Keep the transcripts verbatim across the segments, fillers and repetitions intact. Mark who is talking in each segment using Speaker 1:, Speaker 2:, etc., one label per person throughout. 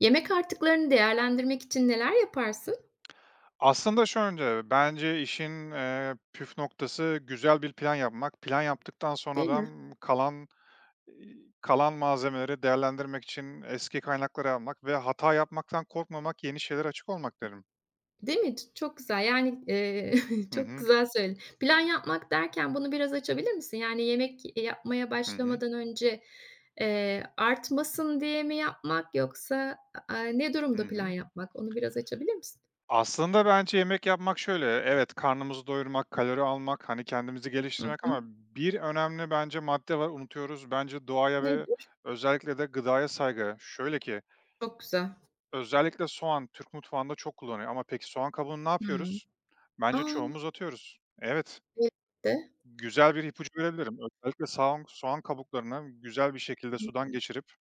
Speaker 1: Yemek artıklarını değerlendirmek için neler yaparsın?
Speaker 2: Aslında şönce, bence işin, eee, püf noktası güzel bir plan yapmak. Plan yaptıktan sonra
Speaker 1: Değil
Speaker 2: da,
Speaker 1: mi?
Speaker 2: ımm, kalan, iii, kalan malzemeleri değerlendirmek için eski kaynakları almak ve hata yapmaktan korkmamak, yeni şeyler açık olmak derim.
Speaker 1: Değil mi? Ç çok güzel. Yani, eee,
Speaker 2: Hı
Speaker 1: çok
Speaker 2: hı.
Speaker 1: güzel söyledin. Plan yapmak derken bunu biraz açabilir misin? Yani yemek yapmaya
Speaker 2: Hı hı.
Speaker 1: başlamadan önce, eee, artmasın diye mi yapmak yoksa, aaa, ne
Speaker 2: Hı
Speaker 1: durumda plan
Speaker 2: hı.
Speaker 1: yapmak? Onu biraz açabilir misin?
Speaker 2: Aslında bence yemek yapmak şöyle, evet, karnımızı doyurmak, kalori almak, hani, kendimizi
Speaker 1: Hı
Speaker 2: geliştirmek
Speaker 1: hı.
Speaker 2: ama bir önemli bence madde var, unutuyoruz. Bence doğaya ve
Speaker 1: Nedir?
Speaker 2: özellikle de gıdaya saygı. Şöyle ki
Speaker 1: Çok güzel.
Speaker 2: özellikle soğan Türk mutfağında çok kullanıyor ama peki soğan kabuğunu ne
Speaker 1: Hımm.
Speaker 2: yapıyoruz? Bence
Speaker 1: A!
Speaker 2: çoğumuz atıyoruz. Evet,
Speaker 1: Elbette.
Speaker 2: güzel bir ipucu verebilirim. Özellikle soğan, soğan kabuklarını güzel bir şekilde sudan geçirip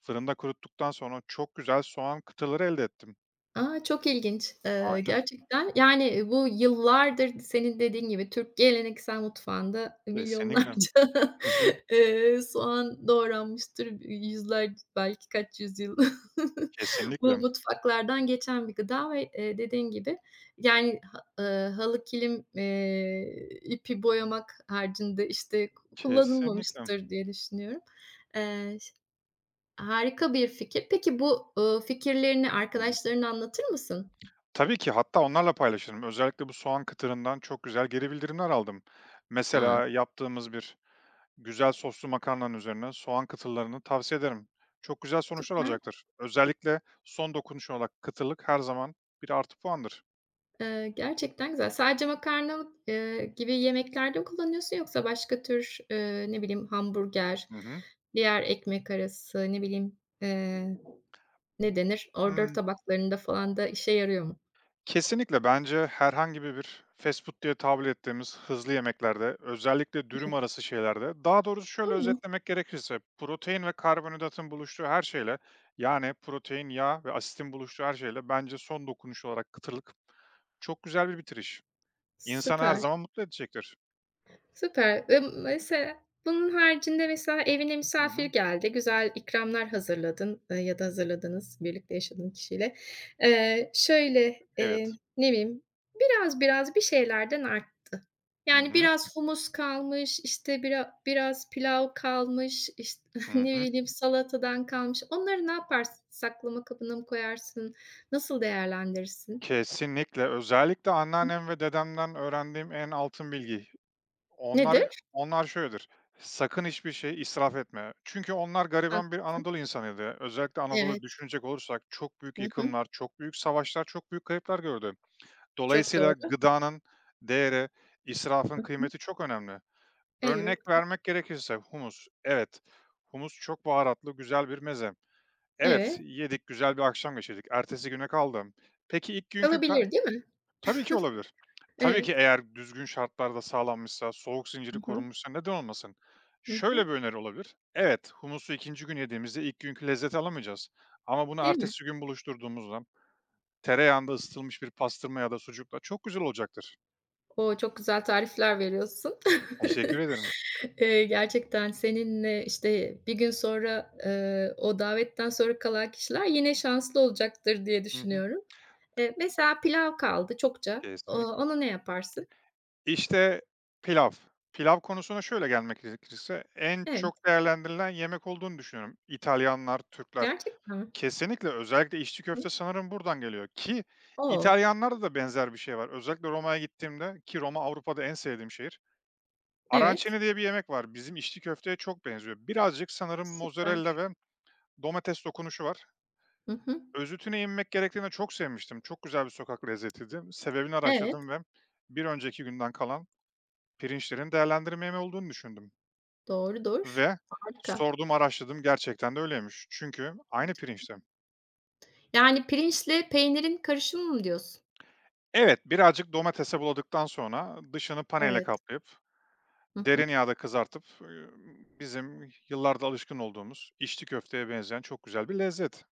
Speaker 2: fırında kuruttuktan sonra çok güzel soğan kıtaları elde ettim.
Speaker 1: A, çok ilginç. Eee,
Speaker 2: Aynen,
Speaker 1: gerçekten, yani, bu yıllardır senin dediğin gibi Türk geleneksel mutfağında
Speaker 2: kesinlikle.
Speaker 1: milyonlarca,
Speaker 2: Hı hı,
Speaker 1: eee, soğan doğranmıştır. Yüzler belki kaç yüzyıl bu
Speaker 2: kesinlikle,
Speaker 1: mutfaklardan geçen bir gıda ve, eee, dediğin gibi, yani, ha eee, halı kilim, eee, ipi boyamak haricinde, işte,
Speaker 2: kesinlikle.
Speaker 1: kullanılmamıştır diye düşünüyorum. Eee Harika bir fikir. Peki bu, ııı, fikirlerini
Speaker 2: Hı hı.
Speaker 1: arkadaşlarına anlatır mısın?
Speaker 2: Tabii ki hatta onlarla paylaşırım. Özellikle bu soğan kıtırından çok güzel geri bildirimler aldım.
Speaker 1: A,
Speaker 2: Mesela yaptığımız bir güzel soslu makarnanın üzerine soğan kıtırlarını tavsiye ederim. Çok güzel sonuçlar
Speaker 1: süper.
Speaker 2: alacaktır. Özellikle son dokunuş olarak kıtırlık her zaman bir artı puandır.
Speaker 1: Eee, gerçekten güzel. Sadece makarna, eee, gibi yemeklerde mi kullanıyorsun yoksa başka tür, eee, ne bileyim, hamburger,
Speaker 2: Hı hı.
Speaker 1: diğer ekmek arası, ne bileyim, eee, ne denir, ordör
Speaker 2: Hmm,
Speaker 1: tabaklarında falan da işe yarıyor mu?
Speaker 2: kesinlikle bence herhangi bir bir fast food diye tabir ettiğimiz hızlı yemeklerde, özellikle dürüm
Speaker 1: Evet.
Speaker 2: arası şeylerde, daha doğrusu şöyle
Speaker 1: Hımm,
Speaker 2: özetlemek gerekirse, protein ve karbonhidratın buluştuğu her şeyle, yani protein, yağ ve asitin buluştuğu her şeyle bence son dokunuş olarak kıtırlık çok güzel bir bitiriş. İnsanı her
Speaker 1: süper.
Speaker 2: zaman mutlu edecektir.
Speaker 1: Süper. Eee, mesela bunun haricinde mesela evine
Speaker 2: Hı
Speaker 1: misafir
Speaker 2: hı.
Speaker 1: geldi, güzel ikramlar hazırladın, eee, ya da hazırladınız birlikte yaşadığın kişiyle. Eee, şöyle, eee,
Speaker 2: Evet.
Speaker 1: ne bileyim, biraz biraz bir şeylerden art
Speaker 2: Hı
Speaker 1: Yani
Speaker 2: hı.
Speaker 1: biraz humus kalmış, işte, biraz biraz pilav kalmış, işte,
Speaker 2: Hı
Speaker 1: ne
Speaker 2: hı.
Speaker 1: bileyim, salatadan kalmış. Onları ne yaparsın? Saklama kabına mı koyarsın? Nasıl değerlendirirsin?
Speaker 2: Kesinlikle. Özellikle
Speaker 1: Hı.
Speaker 2: anneannem ve dedemden öğrendiğim en altın bilgi.
Speaker 1: Nedir?
Speaker 2: Onlar onlar şöyledir: "Sakın hiçbir şey israf etme." Çünkü onlar gariban bir
Speaker 1: Haklısın.
Speaker 2: Anadolu insanıydı. Özellikle Anadolu'yu
Speaker 1: Evet.
Speaker 2: düşünecek olursak çok büyük
Speaker 1: Hı hı.
Speaker 2: yıkımlar, çok büyük savaşlar, çok büyük kayıplar gördü.
Speaker 1: Çok
Speaker 2: Dolayısıyla
Speaker 1: doğru.
Speaker 2: gıdanın değeri, israfın
Speaker 1: Hı hı.
Speaker 2: kıymeti çok önemli. Örnek
Speaker 1: Elbette.
Speaker 2: vermek gerekirse humus. Evet, humus çok baharatlı, güzel bir meze. Evet,
Speaker 1: Evet,
Speaker 2: yedik, güzel bir akşam geçirdik. Ertesi güne kaldım. Peki ilk günkü pe
Speaker 1: kalabilir, değil mi?
Speaker 2: Tabii ki olabilir. Tabii ki
Speaker 1: Evet.
Speaker 2: eğer düzgün şartlarda sağlanmışsa, soğuk zinciri
Speaker 1: Hı hı.
Speaker 2: korunmuşsa neden olmasın?
Speaker 1: Hı
Speaker 2: Şöyle
Speaker 1: hı.
Speaker 2: bir öneri olabilir. Evet, humusu ikinci gün yediğimizde ilk günkü lezzeti alamayacağız. Ama bunu
Speaker 1: Değil mi?
Speaker 2: ertesi gün buluşturduğumuzda tereyağında ısıtılmış bir pastırma ya da sucukla çok güzel olacaktır.
Speaker 1: O, çok güzel tarifler veriyorsun.
Speaker 2: Teşekkür ederim.
Speaker 1: Eee, gerçekten seninle, işte, bir gün sonra, eee, o davetten sonra kalan kişiler yine şanslı olacaktır diye
Speaker 2: Hı hı.
Speaker 1: düşünüyorum. Eee, mesela pilav kaldı çokça. O
Speaker 2: Kesinlikle.
Speaker 1: onu ne yaparsın?
Speaker 2: İşte, pilav. Pilav konusuna şöyle gelmek gerekirse, en
Speaker 1: Evet.
Speaker 2: çok değerlendirilen yemek olduğunu düşünüyorum. İtalyanlar, Türkler.
Speaker 1: Gerçekten mi?
Speaker 2: Kesinlikle, özellikle içli
Speaker 1: Hı.
Speaker 2: köfte sanırım buradan geliyor ki
Speaker 1: O!
Speaker 2: İtalyanlarda da benzer bir şey var. Özellikle Roma'ya gittiğimde ki Roma Avrupa'da en sevdiğim şehir.
Speaker 1: Evet,
Speaker 2: Arancini diye bir yemek var. Bizim içli köfteye çok benziyor. Birazcık sanırım mozzarella
Speaker 1: süper.
Speaker 2: ve domates dokunuşu var.
Speaker 1: Hı hı.
Speaker 2: Özütüne inmek gerektiğinde çok sevmiştim. Çok güzel bir sokak lezzetiydi. Sebebini
Speaker 1: Evet,
Speaker 2: araştırdım ve bir önceki günden kalan pirinçlerin değerlendirmeli olduğunu düşündüm
Speaker 1: doğrudur.
Speaker 2: ve
Speaker 1: Harika.
Speaker 2: sordum, araştırdım, gerçekten de öyleymiş. Çünkü aynı pirinçti.
Speaker 1: Yani, pirinçle peynirin karışımı mı diyorsun?
Speaker 2: Evet, birazcık domatese buladıktan sonra dışını panele
Speaker 1: Evet.
Speaker 2: kaplayıp,
Speaker 1: Hı
Speaker 2: derin
Speaker 1: hı.
Speaker 2: yağda kızartıp, ııı, bizim yıllardır alışkın olduğumuz içli köfteye benzeyen çok güzel bir lezzet.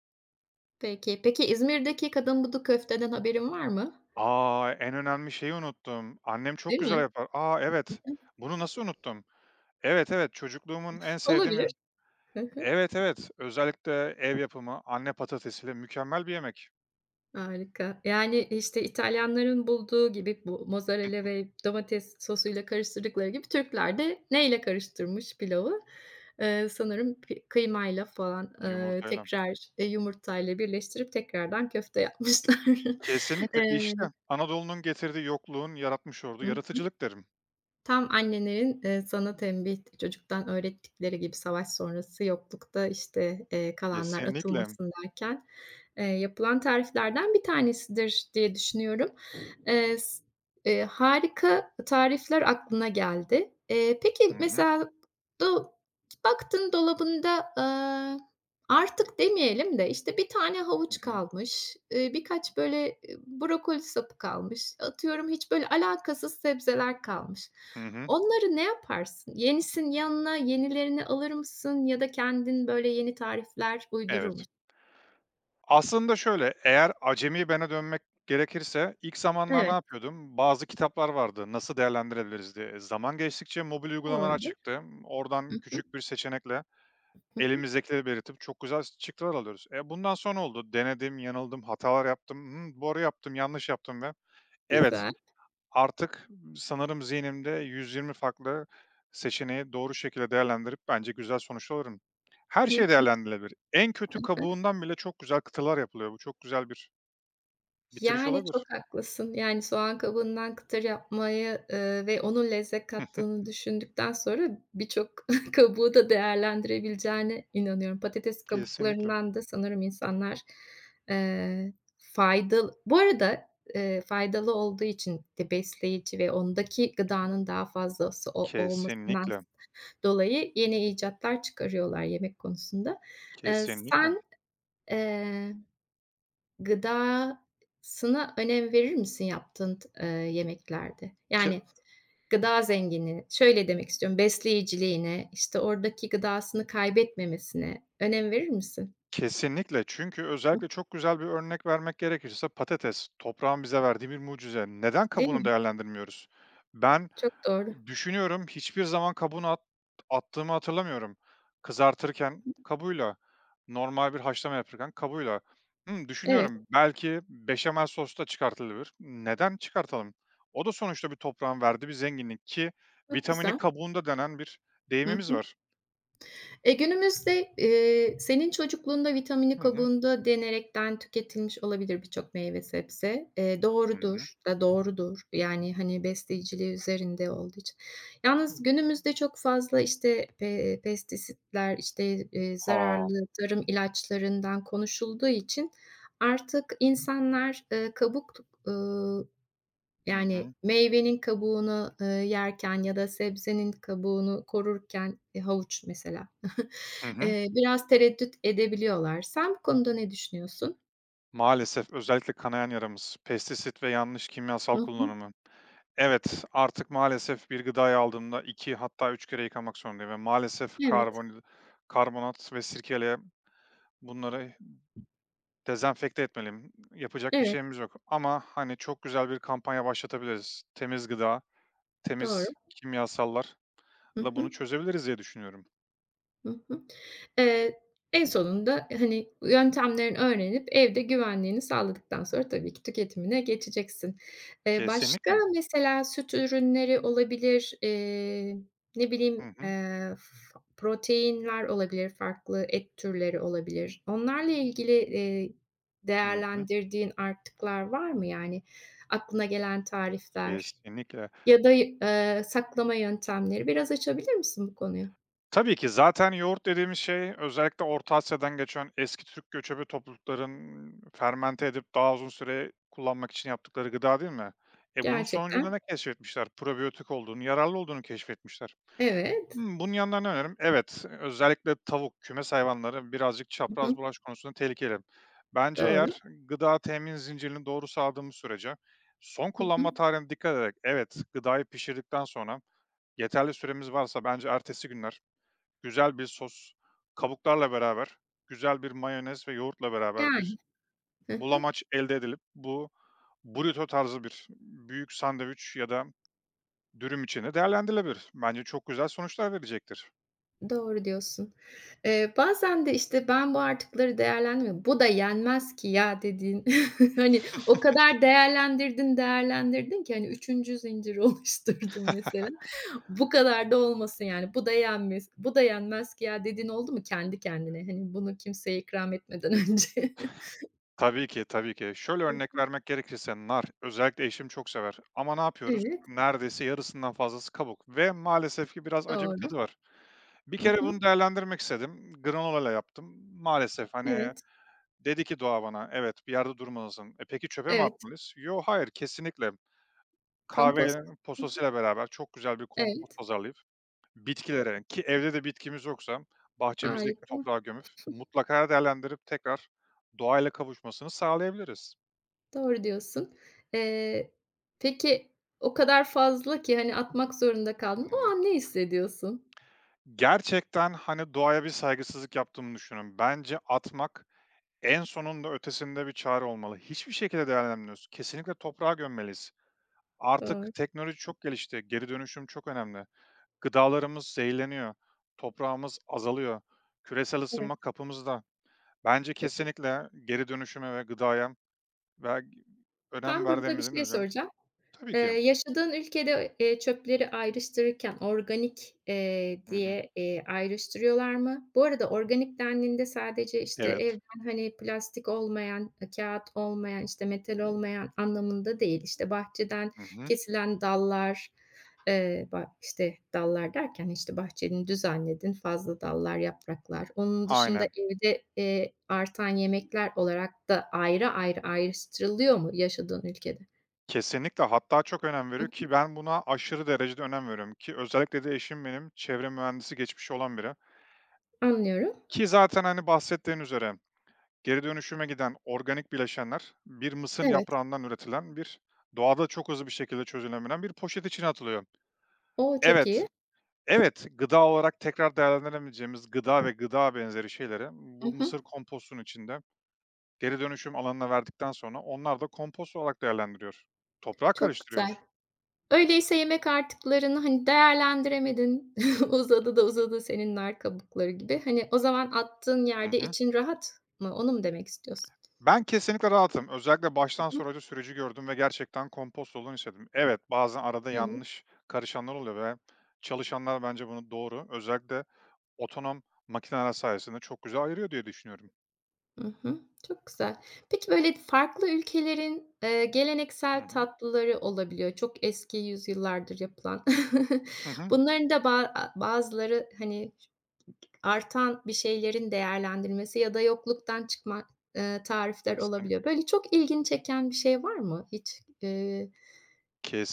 Speaker 1: Peki. Peki, İzmir'deki kadın budu köfteden haberin var mı?
Speaker 2: A! En önemli şeyi unuttum. Annem çok
Speaker 1: Değil
Speaker 2: güzel
Speaker 1: mi?
Speaker 2: yapar. A,
Speaker 1: Hı
Speaker 2: evet.
Speaker 1: hı.
Speaker 2: Bunu nasıl unuttum? Evet, evet, çocukluğumun en sevdiğim
Speaker 1: Olabilir.
Speaker 2: yem
Speaker 1: Hı hı.
Speaker 2: Evet, evet, özellikle ev yapımı anne patatesiyle mükemmel bir yemek.
Speaker 1: Harika. Yani, işte, İtalyanların bulduğu gibi bu mozzarella ve domates sosuyla karıştırdıkları gibi Türkler de neyle karıştırmış pilavı? Eee, sanırım pi kıymayla falan, eee,
Speaker 2: Yumurtayla.
Speaker 1: tekrar, eee, yumurtayla birleştirip tekrardan köfte yapmışlar.
Speaker 2: Kesinlikle.
Speaker 1: Eee
Speaker 2: İşte, Anadolu'nun getirdiği yokluğun yaratmış olduğu
Speaker 1: Hı
Speaker 2: yaratıcılık derim.
Speaker 1: Tam annelerin, eee, sana tembih, çocuktan öğrettikleri gibi savaş sonrası yoklukta, işte, eee, kalanlar
Speaker 2: Kesinlikle.
Speaker 1: atılmasın derken, eee, yapılan tariflerden bir tanesidir diye düşünüyorum. Eee, s eee, harika tarifler aklına geldi. Eee,
Speaker 2: Hı
Speaker 1: peki
Speaker 2: hı.
Speaker 1: mesela do baktın dolabında, aaa, artık demeyelim de, işte, bir tane
Speaker 2: Hı
Speaker 1: havuç
Speaker 2: hı.
Speaker 1: kalmış, eee, birkaç böyle, eee, brokoli sapı kalmış, atıyorum hiç böyle alakasız sebzeler kalmış.
Speaker 2: Hı hı.
Speaker 1: Onları ne yaparsın? Yenisin yanına yenilerini alır mısın ya da kendin böyle yeni tarifler uydurur
Speaker 2: Evet.
Speaker 1: musun?
Speaker 2: Aslında şöyle, eğer acemi bene dönmek gerekirse ilk zamanlar ne
Speaker 1: Evet,
Speaker 2: yapıyordum? Bazı kitaplar vardı, "Nasıl değerlendirebiliriz?" diye. Zaman geçtikçe mobil uygulamalar
Speaker 1: doğrudur.
Speaker 2: çıktı.
Speaker 1: Hı
Speaker 2: Oradan
Speaker 1: hı.
Speaker 2: küçük bir seçenekle
Speaker 1: Hı hı.
Speaker 2: elimizdekileri belirtip çok güzel çıktılar alıyoruz. E, bundan sonra oldu. Denedim, yanıldım, hatalar yaptım. Hımm, doğru yaptım, yanlış yaptım ve evet
Speaker 1: Güzel.
Speaker 2: artık sanırım zihnimde yüz yirmi farklı seçeneği doğru şekilde değerlendirip bence güzel sonuçlar alırım. Her şey
Speaker 1: Müthiş.
Speaker 2: değerlendirilebilir. En kötü kabuğundan bile çok güzel kıtalar yapılıyor. Bu çok güzel bir bitiriş
Speaker 1: Yani,
Speaker 2: olabilir.
Speaker 1: çok haklısın. Yani, soğan kabuğundan kıtır yapmayı, eee, ve onun lezzet kattığını düşündükten sonra birçok kabuğu da değerlendirebileceğine inanıyorum. Patates
Speaker 2: Kesinlikle.
Speaker 1: kabuklarından da sanırım insanlar, eee, faydalı Bu arada, eee, faydalı olduğu için de besleyici ve ondaki gıdanın daha fazlası o olmasından
Speaker 2: Kesinlikle.
Speaker 1: dolayı yeni icatlar çıkarıyorlar yemek konusunda. Eee,
Speaker 2: Kesinlikle.
Speaker 1: sen, Gıdasına önem verir misin yaptığın eee, yemeklerde?
Speaker 2: Ke
Speaker 1: Yani gıda zenginliğine, şöyle demek istiyorum, besleyiciliğine, işte, oradaki gıdasını kaybetmemesine önem verir misin?
Speaker 2: Kesinlikle. Çünkü özellikle çok güzel bir örnek vermek gerekirse patates, toprağın bize verdiği bir mucize. Neden
Speaker 1: Değil
Speaker 2: kabuğunu
Speaker 1: mi?
Speaker 2: değerlendirmiyoruz? Ben
Speaker 1: Çok doğru.
Speaker 2: düşünüyorum, hiçbir zaman kabuğunu at- attığımı hatırlamıyorum. Kızartırken kabuğuyla, normal bir haşlama yapırken kabuğuyla. Hmm,
Speaker 1: Evet,
Speaker 2: düşünüyorum, belki beşamel sosu da çıkartılabilir. Neden çıkartalım? O da sonuçta bir toprağın verdiği bir zenginlik ki
Speaker 1: çok
Speaker 2: vitamini
Speaker 1: güzel.
Speaker 2: kabuğunda denen bir
Speaker 1: Hı
Speaker 2: deyimimiz
Speaker 1: hı.
Speaker 2: var.
Speaker 1: E, günümüzde, eee, senin çocukluğunda vitamini
Speaker 2: Hı hı,
Speaker 1: kabuğunda denerekten tüketilmiş olabilir birçok meyve sebze. Eee,
Speaker 2: hı hı.
Speaker 1: doğrudur da doğrudur. Yani, hani, besleyiciliği üzerinde olduğu için. Yalnız günümüzde çok fazla, işte, pe pestisitler, işte, eee,
Speaker 2: Aa,
Speaker 1: zararlı tarım ilaçlarından konuşulduğu için artık insanlar, eee, kabuk ııı,
Speaker 2: hı
Speaker 1: yani,
Speaker 2: hı,
Speaker 1: meyvenin kabuğunu, eee, yerken ya da sebzenin kabuğunu korurken, eee, havuç mesela,
Speaker 2: hı hı.
Speaker 1: Eee, biraz tereddüt edebiliyorlar. Sen bu konuda ne düşünüyorsun?
Speaker 2: Maalesef özellikle kanayan yaramız, pestisit ve yanlış kimyasal
Speaker 1: Hı hı.
Speaker 2: kullanımı. Evet, artık maalesef bir gıdayı aldığımda iki hatta üç kere yıkamak zorundayım ve maalesef
Speaker 1: Evet,
Speaker 2: karbon karbonat ve sirkeyle bunları dezenfekte etmeliyim. Yapacak bir
Speaker 1: evet.
Speaker 2: şeyimiz yok ama, hani, çok güzel bir kampanya başlatabiliriz. Temiz gıda,
Speaker 1: Doğru.
Speaker 2: temiz kimyasallarla
Speaker 1: Hı
Speaker 2: bunu
Speaker 1: hı.
Speaker 2: çözebiliriz diye düşünüyorum.
Speaker 1: Hı hı. Eee, en sonunda, e, hani, yöntemlerini öğrenip evde güvenliğini sağladıktan sonra tabii ki tüketimine geçeceksin. Eee, başka
Speaker 2: Kesinlikle.
Speaker 1: mesela süt ürünleri olabilir, eee, ne
Speaker 2: Hı
Speaker 1: bileyim,
Speaker 2: hı.
Speaker 1: eee, f proteinler olabilir, farklı et türleri olabilir. Onlarla ilgili, eee,
Speaker 2: Hı hı.
Speaker 1: değerlendirdiğin artıklar var mı? Yani aklına gelen tarifler
Speaker 2: Kesinlikle.
Speaker 1: ya da, eee, saklama yöntemleri. Biraz açabilir misin bu konuyu?
Speaker 2: Tabii ki zaten yoğurt dediğimiz şey özellikle Orta Asya'dan geçen eski Türk göçebe toplulukların fermente edip daha uzun süre kullanmak için yaptıkları gıda değil mi? E, bunun sonucunda
Speaker 1: Gerçekten
Speaker 2: ne keşfetmişler? Probiyotik olduğunu, yararlı olduğunu keşfetmişler.
Speaker 1: Evet.
Speaker 2: Hımm, bunun yanında ne önerim? Evet, özellikle tavuk, kümes hayvanları birazcık
Speaker 1: Hı
Speaker 2: çapraz
Speaker 1: hı.
Speaker 2: bulaş konusunda tehlikeli. Bence eğer
Speaker 1: Doğru.
Speaker 2: gıda temin zincirini doğru sağladığımız sürece son
Speaker 1: Hı
Speaker 2: kullanma
Speaker 1: hı.
Speaker 2: tarihine dikkat ederek evet, gıdayı pişirdikten sonra yeterli süremiz varsa bence ertesi günler güzel bir sos, kabuklarla beraber, güzel bir mayonez ve yoğurtla beraber
Speaker 1: Yani.
Speaker 2: bir
Speaker 1: Hı hı.
Speaker 2: bulamaç elde edilip bu burrito tarzı bir büyük sandviç ya da dürüm içinde değerlendirilebilir. Bence çok güzel sonuçlar verecektir.
Speaker 1: Doğru diyorsun. Eee, bazen de, işte, "Ben bu artıkları değerlendirmiyorum. Bu da yenmez ki ya." dediğin, hani, o kadar değerlendirdin, değerlendirdin ki, hani, üçüncü zincir oluşturdun mesela. Bu kadar da olmasın yani. Bu da yenmez bu da yenmez ki ya dediğin oldu mu kendi kendine? Hani, bunu kimseye ikram etmeden önce.
Speaker 2: Tabii ki, tabii ki. Şöyle örnek vermek gerekirse nar, özellikle eşim çok sever ama ne yapıyoruz?
Speaker 1: Evet,
Speaker 2: Neredeyse yarısından fazlası kabuk ve maalesef ki biraz acı bir tadı
Speaker 1: doğru.
Speaker 2: var. Bir
Speaker 1: Hı
Speaker 2: kere
Speaker 1: hı.
Speaker 2: bunu değerlendirmek istedim. Granola ile yaptım. Maalesef hani
Speaker 1: Evet.
Speaker 2: dedi ki doğa bana, "Evet, bir yerde durmalısın." E, peki çöpe mi
Speaker 1: Evet.
Speaker 2: atmalıyız? Yo, hayır, kesinlikle.
Speaker 1: Kompost.
Speaker 2: Kahvenin
Speaker 1: Hı hı.
Speaker 2: posasıyla beraber çok güzel bir kompost
Speaker 1: Evet.
Speaker 2: hazırlayıp bitkilere ki evde de bitkimiz yoksa bahçemizdeki
Speaker 1: Harika.
Speaker 2: toprağa gömüp mutlaka değerlendirip tekrar doğayla kavuşmasını sağlayabiliriz.
Speaker 1: Doğru diyorsun. Eee, peki o kadar fazla ki, hani, atmak zorunda
Speaker 2: Hı
Speaker 1: kaldın. O
Speaker 2: hı.
Speaker 1: an ne hissediyorsun?
Speaker 2: Gerçekten, hani, doğaya bir saygısızlık yaptığımı düşünüyorum. Bence atmak en sonunda ötesinde bir çare olmalı. Hiçbir şekilde değerlendirmiyoruz. Kesinlikle toprağa gömmeliyiz. Artık
Speaker 1: Doğru.
Speaker 2: teknoloji çok gelişti. Geri dönüşüm çok önemli. Gıdalarımız zehirleniyor, toprağımız azalıyor, küresel
Speaker 1: Evet.
Speaker 2: ısınma kapımızda. Bence
Speaker 1: Peki.
Speaker 2: kesinlikle geri dönüşüme ve gıdaya ve önem
Speaker 1: Ben burada bir
Speaker 2: verdiğimizin
Speaker 1: şey
Speaker 2: üzerine.
Speaker 1: soracağım.
Speaker 2: Tabii
Speaker 1: Eee,
Speaker 2: ki.
Speaker 1: yaşadığın ülkede, eee, çöpleri ayrıştırırken organik, eee,
Speaker 2: Hı hı.
Speaker 1: diye, eee, ayrıştırıyorlar mı? Bu arada organik dendiğinde sadece, işte,
Speaker 2: Evet.
Speaker 1: evden, hani, plastik olmayan, eee, kâğıt olmayan, işte, metal olmayan anlamında değil. İşte, bahçeden
Speaker 2: Hı hı.
Speaker 1: kesilen dallar, eee, ba işte, dallar derken, işte, bahçenin düzenledin, fazla dallar, yapraklar. Onun dışında
Speaker 2: Aynen.
Speaker 1: evde, eee, artan yemekler olarak da ayrı ayrı ayrıştırılıyor mu yaşadığın ülkede?
Speaker 2: Kesinlikle, hatta çok önem
Speaker 1: Hı
Speaker 2: veriyor
Speaker 1: hı,
Speaker 2: ki ben buna aşırı derecede önem veriyorum ki özellikle de eşim benim çevre mühendisi geçmişi olan biri.
Speaker 1: anlıyorum.
Speaker 2: Ki zaten hani bahsettiğin üzere geri dönüşüme giden organik bileşenler bir mısır
Speaker 1: Evet.
Speaker 2: yaprağından üretilen bir doğada çok hızlı bir şekilde çözülebilen bir poşet içine atılıyor.
Speaker 1: O, çok
Speaker 2: Evet,
Speaker 1: iyi.
Speaker 2: evet, gıda olarak tekrar değerlendiremeyeceğimiz gıda ve gıda benzeri şeyleri
Speaker 1: Hı
Speaker 2: bu
Speaker 1: hı.
Speaker 2: mısır kompostunun içinde geri dönüşüm alanına verdikten sonra onlar da kompost olarak değerlendiriyor. Toprağa
Speaker 1: Çok güzel.
Speaker 2: karıştırıyor.
Speaker 1: Öyleyse yemek artıklarını, hani, değerlendiremedin, uzadı da uzadı senin nar kabukları gibi. Hani, o zaman attığın
Speaker 2: Hı
Speaker 1: yerde
Speaker 2: hı.
Speaker 1: için rahat mı? Onu mu demek istiyorsun?
Speaker 2: Ben kesinlikle rahatım. Özellikle
Speaker 1: Hı
Speaker 2: baştan
Speaker 1: hı.
Speaker 2: sonraki süreci gördüm ve gerçekten kompost olduğunu hissettim. Evet, bazen arada
Speaker 1: Evet.
Speaker 2: yanlış karışanlar oluyor ve çalışanlar bence bunu doğru. Özellikle otonom makineler sayesinde çok güzel ayırıyor diye düşünüyorum.
Speaker 1: Hı hı. Çok güzel. Peki, böyle, farklı ülkelerin, eee,
Speaker 2: Hı
Speaker 1: geleneksel
Speaker 2: hı.
Speaker 1: tatlıları olabiliyor. Çok eski yüzyıllardır yapılan.
Speaker 2: Hı hı.
Speaker 1: Bunların da ba bazıları, hani, Artan bir şeylerin değerlendirmesi ya da yokluktan çıkma, eee, tarifler
Speaker 2: Kesinlikle.
Speaker 1: olabiliyor. Böyle çok ilgini çeken bir şey var mı hiç? Eee,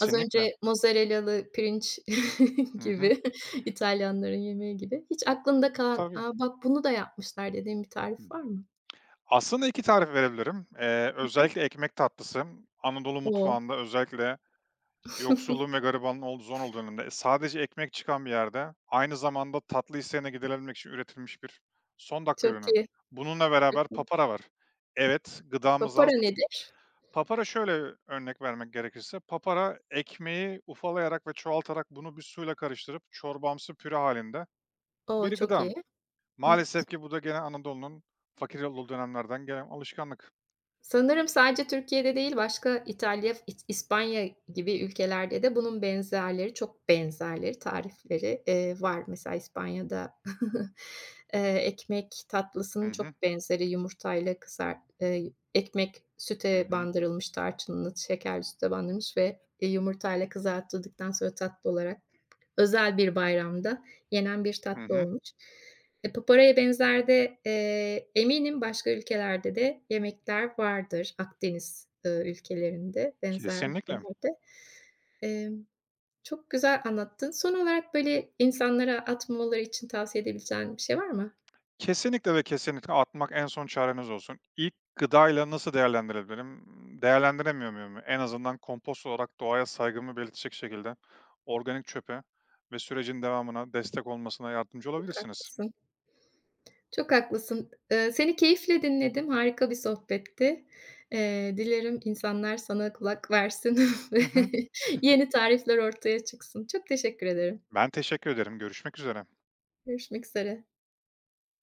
Speaker 1: az önce mozzarella'lı pirinç
Speaker 2: Hı hı.
Speaker 1: gibi, İtalyanların yemeği gibi. Hiç aklında kalan,
Speaker 2: Tabii.
Speaker 1: "A, bak bunu da yapmışlar." dediğin bir tarif var mı?
Speaker 2: Aslında iki tarif verebilirim. Eee, özellikle ekmek tatlısı, Anadolu
Speaker 1: O!
Speaker 2: mutfağında özellikle yoksulluğun ve garibanlığın olduğu zor olduğu dönemde e, sadece ekmek çıkan bir yerde aynı zamanda tatlı isteğine giderilebilmek için üretilmiş bir son dakika
Speaker 1: Çok
Speaker 2: ürünü.
Speaker 1: iyi.
Speaker 2: Bununla beraber papara var. Evet, gıdamız
Speaker 1: Papara
Speaker 2: az.
Speaker 1: nedir?
Speaker 2: Papara şöyle örnek vermek gerekirse, papara ekmeği ufalayarak ve çoğaltarak bunu bir suyla karıştırıp çorbamsı püre halinde
Speaker 1: O!
Speaker 2: bir
Speaker 1: Çok
Speaker 2: gıda.
Speaker 1: iyi. Hı
Speaker 2: Maalesef ki bu da gene Anadolu'nun fakir olduğu dönemlerden gelen alışkanlık.
Speaker 1: Sanırım sadece Türkiye'de değil, başka İtalya, İs İspanya gibi ülkelerde de bunun benzerleri, çok benzerleri, tarifleri, eee, var. Mesela İspanya'da, eee, ekmek
Speaker 2: Hı
Speaker 1: tatlısının
Speaker 2: hı.
Speaker 1: çok benzeri yumurtayla kızar eee, ekmek
Speaker 2: Hı
Speaker 1: süte
Speaker 2: hı.
Speaker 1: bandırılmış, tarçınlı, şekerli süte bandırılmış ve, eee, yumurtayla kızartıldıktan sonra tatlı olarak Özel bir bayramda yenen bir
Speaker 2: Hı
Speaker 1: tatlı
Speaker 2: hı.
Speaker 1: olmuş. E, paparaya benzer de, eee, eminim başka ülkelerde de yemekler vardır Akdeniz, ııı, ülkelerinde, benzer
Speaker 2: Kesinlikle.
Speaker 1: ülkelerde. Emm, çok güzel anlattın. Son olarak, böyle, insanlara atmamaları için tavsiye edebileceğin bir şey var mı?
Speaker 2: Kesinlikle ve kesinlikle atmak en son çareniz olsun. İlk gıdayla nasıl değerlendirebilirim? Değerlendiremiyor muyum? En azından kompost olarak doğaya saygımı belirtecek şekilde organik çöpe ve sürecin devamına destek olmasına yardımcı
Speaker 1: Çok
Speaker 2: olabilirsiniz.
Speaker 1: haklısın. Çok haklısın. Eee, seni keyifle dinledim. Harika bir sohbetti. Eee, dilerim insanlar sana kulak versin ve
Speaker 2: Hı hı.
Speaker 1: yeni tarifler ortaya çıksın. Çok teşekkür ederim.
Speaker 2: Ben teşekkür ederim. Görüşmek üzere.
Speaker 1: Görüşmek üzere.